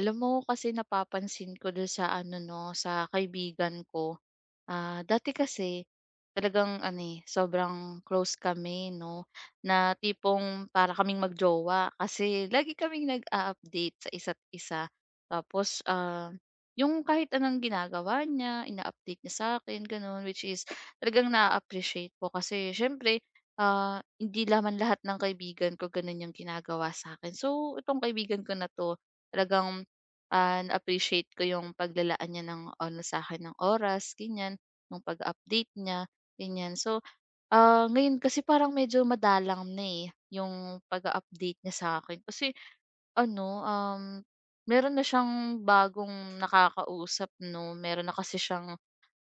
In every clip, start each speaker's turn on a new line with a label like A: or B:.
A: Alam mo, kasi napapansin ko dun sa ano 'no, sa kaibigan ko. Dati kasi talagang sobrang close kami 'no, na tipong para kaming magjowa kasi lagi kaming nag-a-update sa isa't isa. Tapos, yung kahit anong ginagawa niya, ina-update niya sa akin gano'n, which is talagang na appreciate ko kasi siyempre, hindi naman lahat ng kaibigan ko gano'n yung ginagawa sa akin. So, itong kaibigan ko na 'to talagang, na-appreciate ko yung paglalaan niya ng ano sa akin ng oras, ganyan, nung pag-update niya, ganyan. So, ngayon kasi parang medyo madalang na eh, yung pag-a-update niya sa akin. Kasi ano, um, meron na siyang bagong nakakausap 'no, meron na kasi siyang—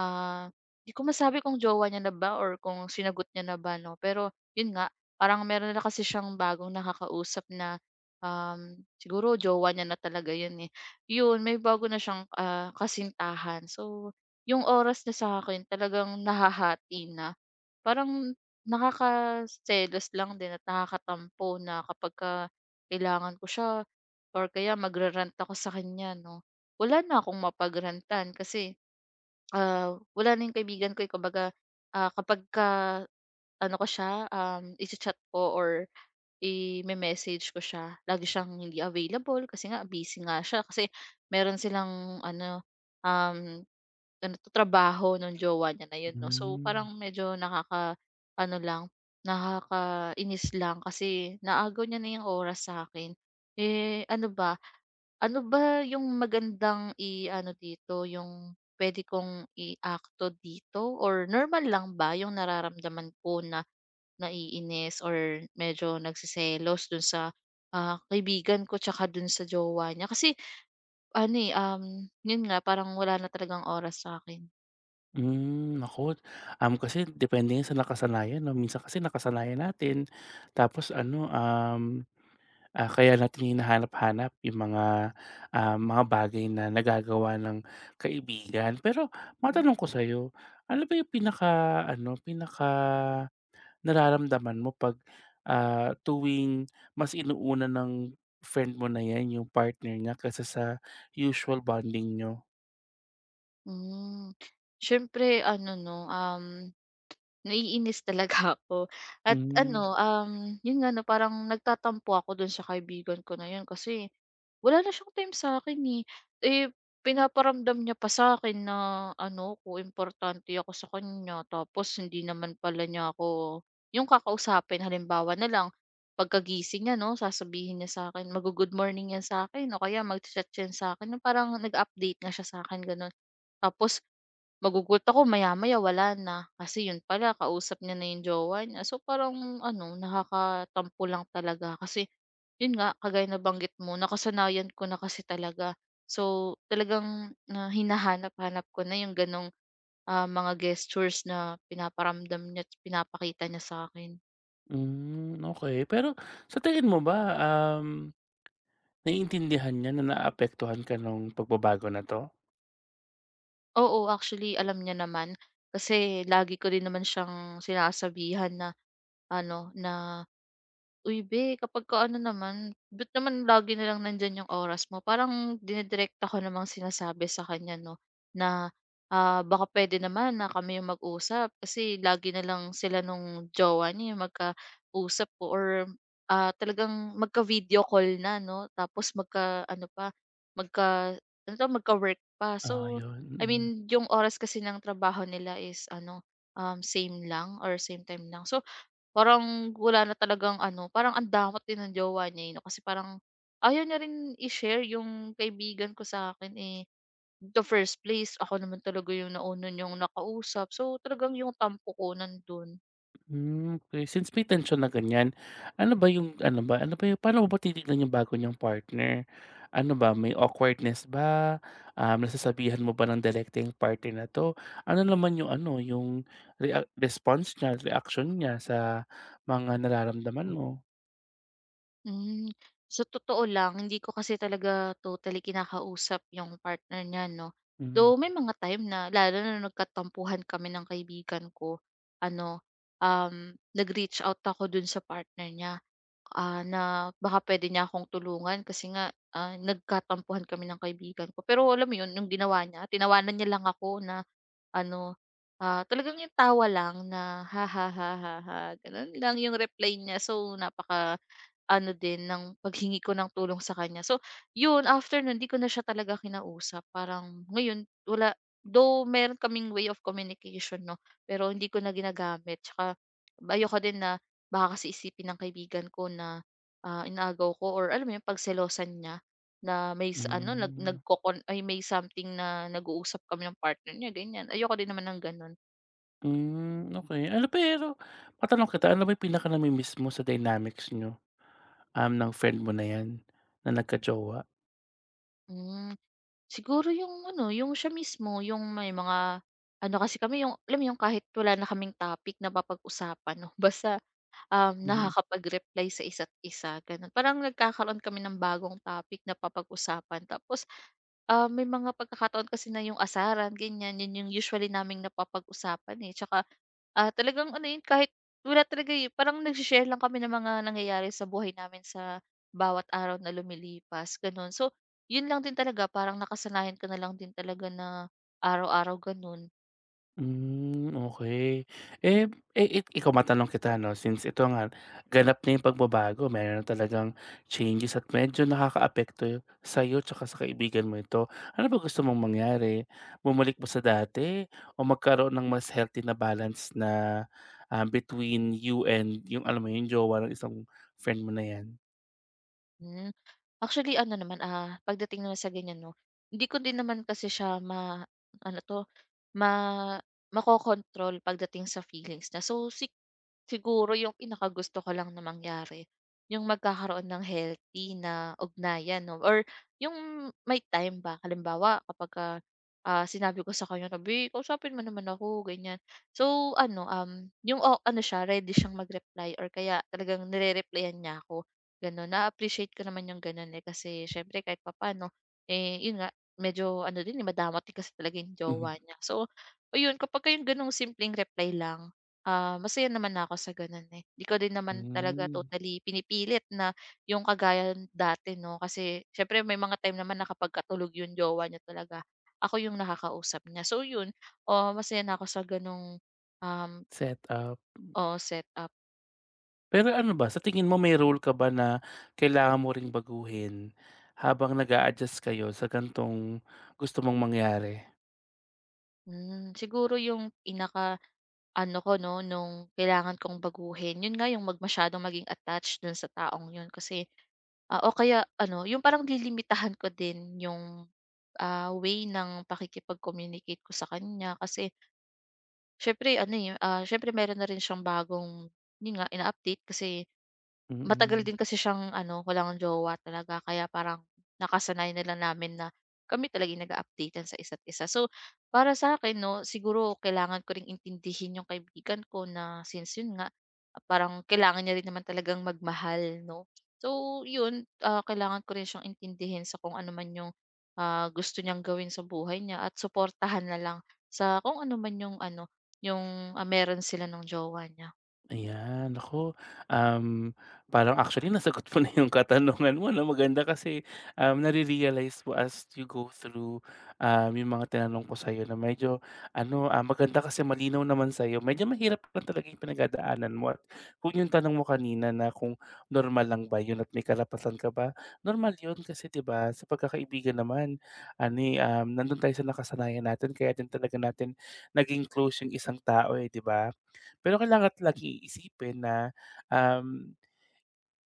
A: Ah, di ko masabi kung jowa niya na ba or kung sinagot niya na ba 'no, pero yun nga, parang meron na kasi siyang bagong nakakausap na, siguro jowa niya na talaga yun, eh. Yun, may bago na siyang, kasintahan. So, yung oras niya sa akin talagang nahahati na. Parang nakakaselos lang din at nakakatampo na kapagka kailangan ko siya or kaya magre- ako sa kanya 'no, wala na akong mapagrantan kasi— wala na yung kaibigan ko, eh, kumbaga, kapag ka- ano ko siya, icha-chat ko or ime-message ko siya, lagi siyang hindi available kasi nga busy nga siya kasi meron silang ano, um ano 'to, trabaho nung jowa niya na yun 'no. So,
B: Hmm.
A: parang medyo nakaka-ano lang, nakakainis lang kasi naagaw niya na yung oras sa akin. Eh, ano ba yung magandang i-ano dito, yung puwede kong iakto dito or normal lang ba yung nararamdaman ko na naiinis or medyo nagseselos dun sa, kaibigan ko tsaka dun sa jowa niya. Kasi yun nga parang wala na talagang oras sa akin.
B: Naku, kasi depende yan sa nakasanayan 'no. Minsan kasi nakasanayan natin, tapos ano, kaya natin hinahanap-hanap yung mga bagay na nagagawa ng kaibigan. Pero matanong ko sa'yo, ano ba yung pinaka-nararamdaman mo 'pag, tuwing mas inuuna ng friend mo na yan yung partner niya kaysa sa usual bonding niyo?
A: Hmm. Siyempre ano 'no, naiinis talaga ako at
B: Hmm.
A: yun nga 'no parang nagtatampo ako dun sa kaibigan ko na yun kasi wala na siyang time sa akin eh. Eh, pinaparamdam niya pa sa'kin na ano ko, importante ako sa kanya tapos hindi naman pala niya ako yung kakausapin. Halimbawa na lang, pagkagising niya 'no, sasabihin niya sa'kin, mag-go-good morning 'yan sa akin, o kaya magcha-chat 'yan sa akin, yung parang nag-update nga siya sa'kin gano'n. Tapos magugulat ako, maya-maya wala na. Kasi yun pala kausap niya na yung jowa niya. So parang ano, nakakatampo lang talaga kasi yun nga, kagaya na banggit mo nakasanayan ko na kasi talaga. So talagang, hinahanap-hanap ko na yung ganong, mga gestures na pinaparamdam niya at pinapakita niya sa akin.
B: Hmm, okay. Pero sa tingin mo ba, naiintindihan niya na naapektuhan ka ng pagbabago na 'to?
A: Oo, actually alam niya naman. Kasi lagi ko din naman siyang sinasabihan na ano, na, "Uy be, kapagka ano naman, but naman lagi na lang nandiyan yung oras mo?" Parang dinidirekta ko namang sinasabi sa kanya 'no, na, baka puwede naman na kami yung mag-usap kasi lagi na lang sila nung jowa niya yung magkausap o or, talagang magka-video call na 'no, tapos magka-ano pa, magka- ano 'to, magka-work pa.
B: Ah,
A: So
B: 'yun,
A: I
B: mm.
A: mean, yung oras kasi ng trabaho nila is ano, same lang or same time lang. So, parang wala na talagang ano, parang ang damot din ng jowa niya, eh, 'no, kasi parang ayaw niya rin i-share yung kaibigan ko sa akin, eh, the first place ako naman talaga yung nauna niyang nakausap. So, talagang yung tampo ko nandun.
B: Hmm, okay. Since may tensyon na ganiyan, ano ba yung paano mo ba tinitignan yung bago niyang partner? Ano ba, may awkwardness ba? Nasasabihan mo ba ng direkta yung partner na 'to? Ano naman yung ano, yung response niya, reaction niya sa mga nararamdaman mo?
A: Hmm, sa totoo lang hindi ko kasi talaga totally kinakausap yung partner niya 'no.
B: Hmm,
A: Though may mga time na lalo na nagkatampuhan kami ng kaibigan ko, ano, nag-reach out ako dun sa partner niya. Na baka puwede niya akong tulungan kasi nga, nagkatampuhan kami ng kaibigan ko. Pero alam mo 'yun, yung ginawa niya, tinawanan niya lang ako na ano, talagang yung tawa lang na, "Ha, ha, ha, ha, ha." Gano'n lang yung reply niya. So, napaka ano din ng paghingi ko ng tulong sa kanya. So 'yun, after no'n 'di ko na siya talaga kinausap. Parang ngayon wala, though meron kaming way of communication 'no, pero hindi ko na ginagamit. Tsaka ayoko din na— Baka kasi isipin ng kaibigan ko na, inagaw ko or alam mo yun, pagselosan niya na may sa ano nag-
B: hmm.
A: nagkokon- ay may something na nag-uusap kami ng partner niya ganyan. Ayoko din naman ng gano'n.
B: Hmm, okey. Ano, pero matanong kita, ano ba yung pinaka namimiss mo sa dynamics niyo, ng friend mo na 'yan, na nagka-jowa?
A: Hmm, siguro yung ano, yung siya mismo yung may mga ano kasi kami, yung alam mo yung kahit wala na kaming topic na papag usapan 'no, basta,
B: Mhm.
A: nakakapag-reply sa isa't isa gano'n. Parang nagkakaroon kami ng bagong topic na papag-usapan tapos— May mga pagkakataon kasi na yung asaran ganyan, yun yung usually naming napapag-usapan, eh, tsaka, talagang ano yun kahit wala talaga, yun parang nagse- lang kami ng mga nangyayari sa buhay namin sa bawat araw na lumilipas, gano'n. So, yun lang din talaga parang nakasanayan ko na lang din talaga na araw-araw gano'n.
B: Hmm, okay. Eh, ikaw, matanong kita 'no, since ito nga, ganap na yung pagbabago, meron na talagang changes at medyo nakakaapekto sa'yo tsaka sa kaibigan mo ito. Ano ba gusto mong mangyari? Bumalik ba sa dati o magkaroon ng mas healthy na balance na, between you and yung alam mo yung jowa ng isang friend mo na yan?
A: Hmm. Actually ano naman, pagdating naman sa ganyan 'no, hindi ko din naman kasi siya ma- ano 'to, ma- makokontrol pagdating sa feelings na. So si- siguro yung pinakagusto ko lang na mangyari, yung magkakaroon ng healthy na ugnayan 'no or yung may time ba. Halimbawa kapag ah, sinabi ko sa kanya na, "Be, kausapin mo naman ako," ganyan. So ano, yung oh ano siya, ready siyang mag-reply or kaya talagang nire-replyan niya ako. Gano'n, na-appreciate ko naman yung gano'n, eh, kasi siyempre kahit papaano, eh, yun nga medyo ano din, eh, madamot din kasi talaga yung jowa
B: Mhm.
A: niya. So ayun, kapagka yung gano'ng simpleng reply lang, masaya naman ako sa gano'n, eh. 'Di ko din naman talaga
B: Hmm,
A: totally pinipilit na yung kagaya dati 'no, kasi siyempre may mga time naman na kapagka tulog yung jowa niya talaga, ako yung nakakausap niya. So yun, oh masaya na ako sa gano'ng, um,
B: set up.
A: oh setup.
B: Pero ano ba, sa tingin mo may rule ka ba na kailangan mo ring baguhin habang nag-a-adjust kayo sa ganitong gusto mong mangyari?
A: Hmm, siguro yung pinaka-ano ko 'no, nung kailangan kong baguhin, yun nga yung 'wag maging attached dun sa taong yun kasi, o kaya ano, yung parang dilimitahan ko din yung, way ng pakikipag-communicate ko sa kanya kasi siyempre ano, eh, siyempre meron na rin siyang bagong— yun nga ina-update kasi matagal
B: Mm.
A: din kasi siyang ano, walang jowa talaga kaya parang nakasanayan na lang namin na kami talaga yung nag a update sa isa't isa. So, para sa sa'kin 'no, siguro kailangan ko ring intindihin yung kaibigan ko na since yun nga, parang kailangan niya rin naman talagang magmahal 'no. So yun, kailangan ko rin siyang intindihin sa kung ano man yung, gusto niyang gawin sa buhay niya at suportahan na lang sa kung ano man yung ano, yung, meron sila ng jowa niya.
B: Ayan, ako. um, Parang actually nasagot mo na yung katanungan mo 'no. Maganda kasi, nare-realize mo as you go through, yung mga tinanong ko sa'yo na medyo ano, maganda kasi malinaw naman sa'yo. Medyo mahirap lang talaga yung pinagdadaanan mo at kung yung tanong mo kanina na kung normal lang ba yun at may karapatan ka ba, normal yun. Kasi 'di ba, sa pagkakaibigan naman Ani eh, nandun tayo sa nakasanayan natin kaya din talaga natin naging close yung isang tao, eh, 'di ba? Pero kailangan at laging iisipin na, um,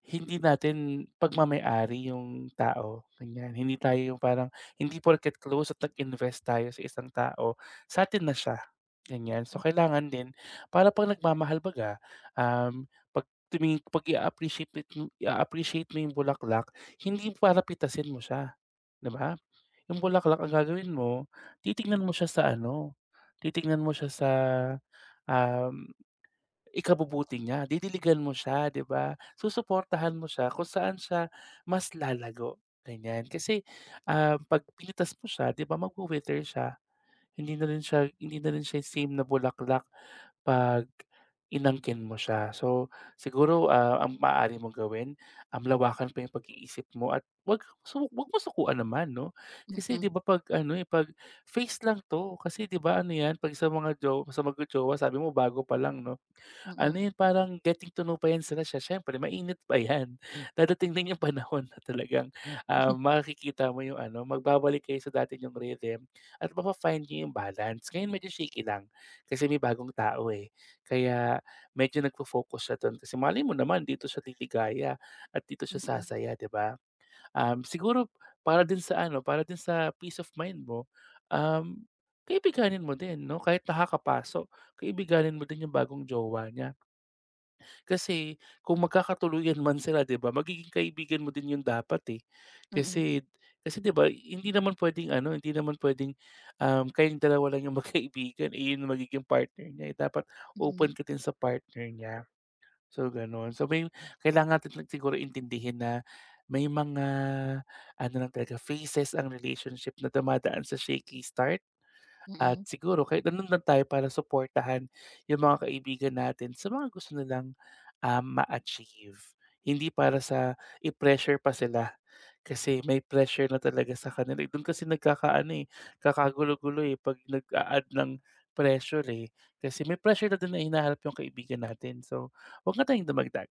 B: hindi natin pagmamayari yung tao, ganyan. Hindi tayo yung parang hindi porket close at nag-invest tayo sa isang tao, sa'tin na siya, ganyan. So, kailangan din para 'pag nagmamahal baga, um, 'pag i appreciate mo yung bulaklak, hindi para pitasin mo siya, 'di ba? Yung bulaklak ang gagawin mo, titignan mo siya sa ano, titignan mo siya sa, um Ikabubuti niya, didiligan mo siya, 'di ba? Susuportahan mo siya kung saan siya mas lalago, ganyan. Kasi, 'pag pinitas mo siya, 'di ba, magwi-wither siya. Hindi na rin siya same na bulaklak 'pag inangkin mo siya. So, siguro, ang maaari mong gawin, ang lawakan pa yung pag-iisip mo, at 'wag mo sukuan naman 'no.
A: Mm,
B: Kasi
A: mm.
B: 'di ba, 'pag ano, eh, 'pag face lang 'to. Kasi 'di ba ano 'yan, 'pag sa mga magjojowa sabi mo bago pa lang 'no? Ano
A: Mm,
B: 'yun, parang getting to know pa 'yan siya. Siyempre mainit pa 'yan. Dadating din yung panahon na talagang, makikita mo yung ano, magbabalik kayo sa dati yung rhythm at mafa-find yung balance. Ngayon medyo shaky lang kasi may bagong tao, eh, kaya medyo nagfo-focus siya dun, kasi malay mo naman dito siya liligaya at dito siya
A: mm,
B: sasaya, 'di ba? Siguro para din sa peace of mind mo, um, kaibiganin mo din 'no, kahit nakakapaso, kaibiganin mo din yung bagong jowa niya. Kasi kung magkakatuluyan man sila 'di ba, magiging kaibigan mo din 'yun dapat, eh.
A: mm,
B: Kasi kasi 'di ba, hindi naman puwedeng, kayong dalawa lang yung magkaibigan, eh, 'yun ang magiging partner niya, eh. Dapat
A: mm,
B: open ka din sa partner niya, so gano'n. So may kailangan natin siguro intindihin na may mga ano lang talaga, phases ang relationship na dumadaan sa shaky start. At siguro kahit nandun lang tayo para suportahan yung mga kaibigan natin sa mga gusto nilang, ma-achieve. Hindi para sa i-pressure pa sila, kasi may pressure na talaga sa kanila, eh. Dun kasi nagkakaano, eh, kakagulo-gulo, eh, 'pag nag-a-add ng pressure, eh. Kasi may pressure na din na hinaharap yung kaibigan natin. So, 'wag na tayong dumagdag.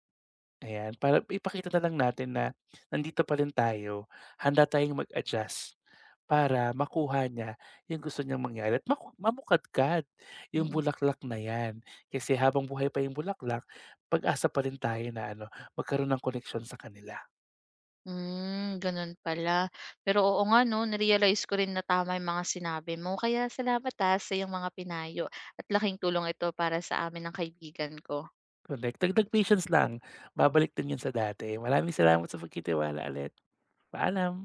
B: Ayan, para ipakita na lang natin na nandito pa rin tayo, handa tayong mag-adjust para makuha niya yung gusto niyang mangyari at mamukadkad yung
A: mm.
B: bulaklak na yan. Kasi habang buhay pa yung bulaklak, pag-asa pa rin tayo na ano, magkaroon ng connection sa kanila.
A: Hmm, gano'n pala. Pero oo nga 'no, na-realize ko rin na tama yung mga sinabi mo. Kaya salamat, sa iyong mga pinayo at laking tulong ito para sa amin ng kaibigan ko.
B: Correct, dagdag patience lang, babalik din yun sa dati. Maraming salamat sa pagtitiwala ulit. Paalam.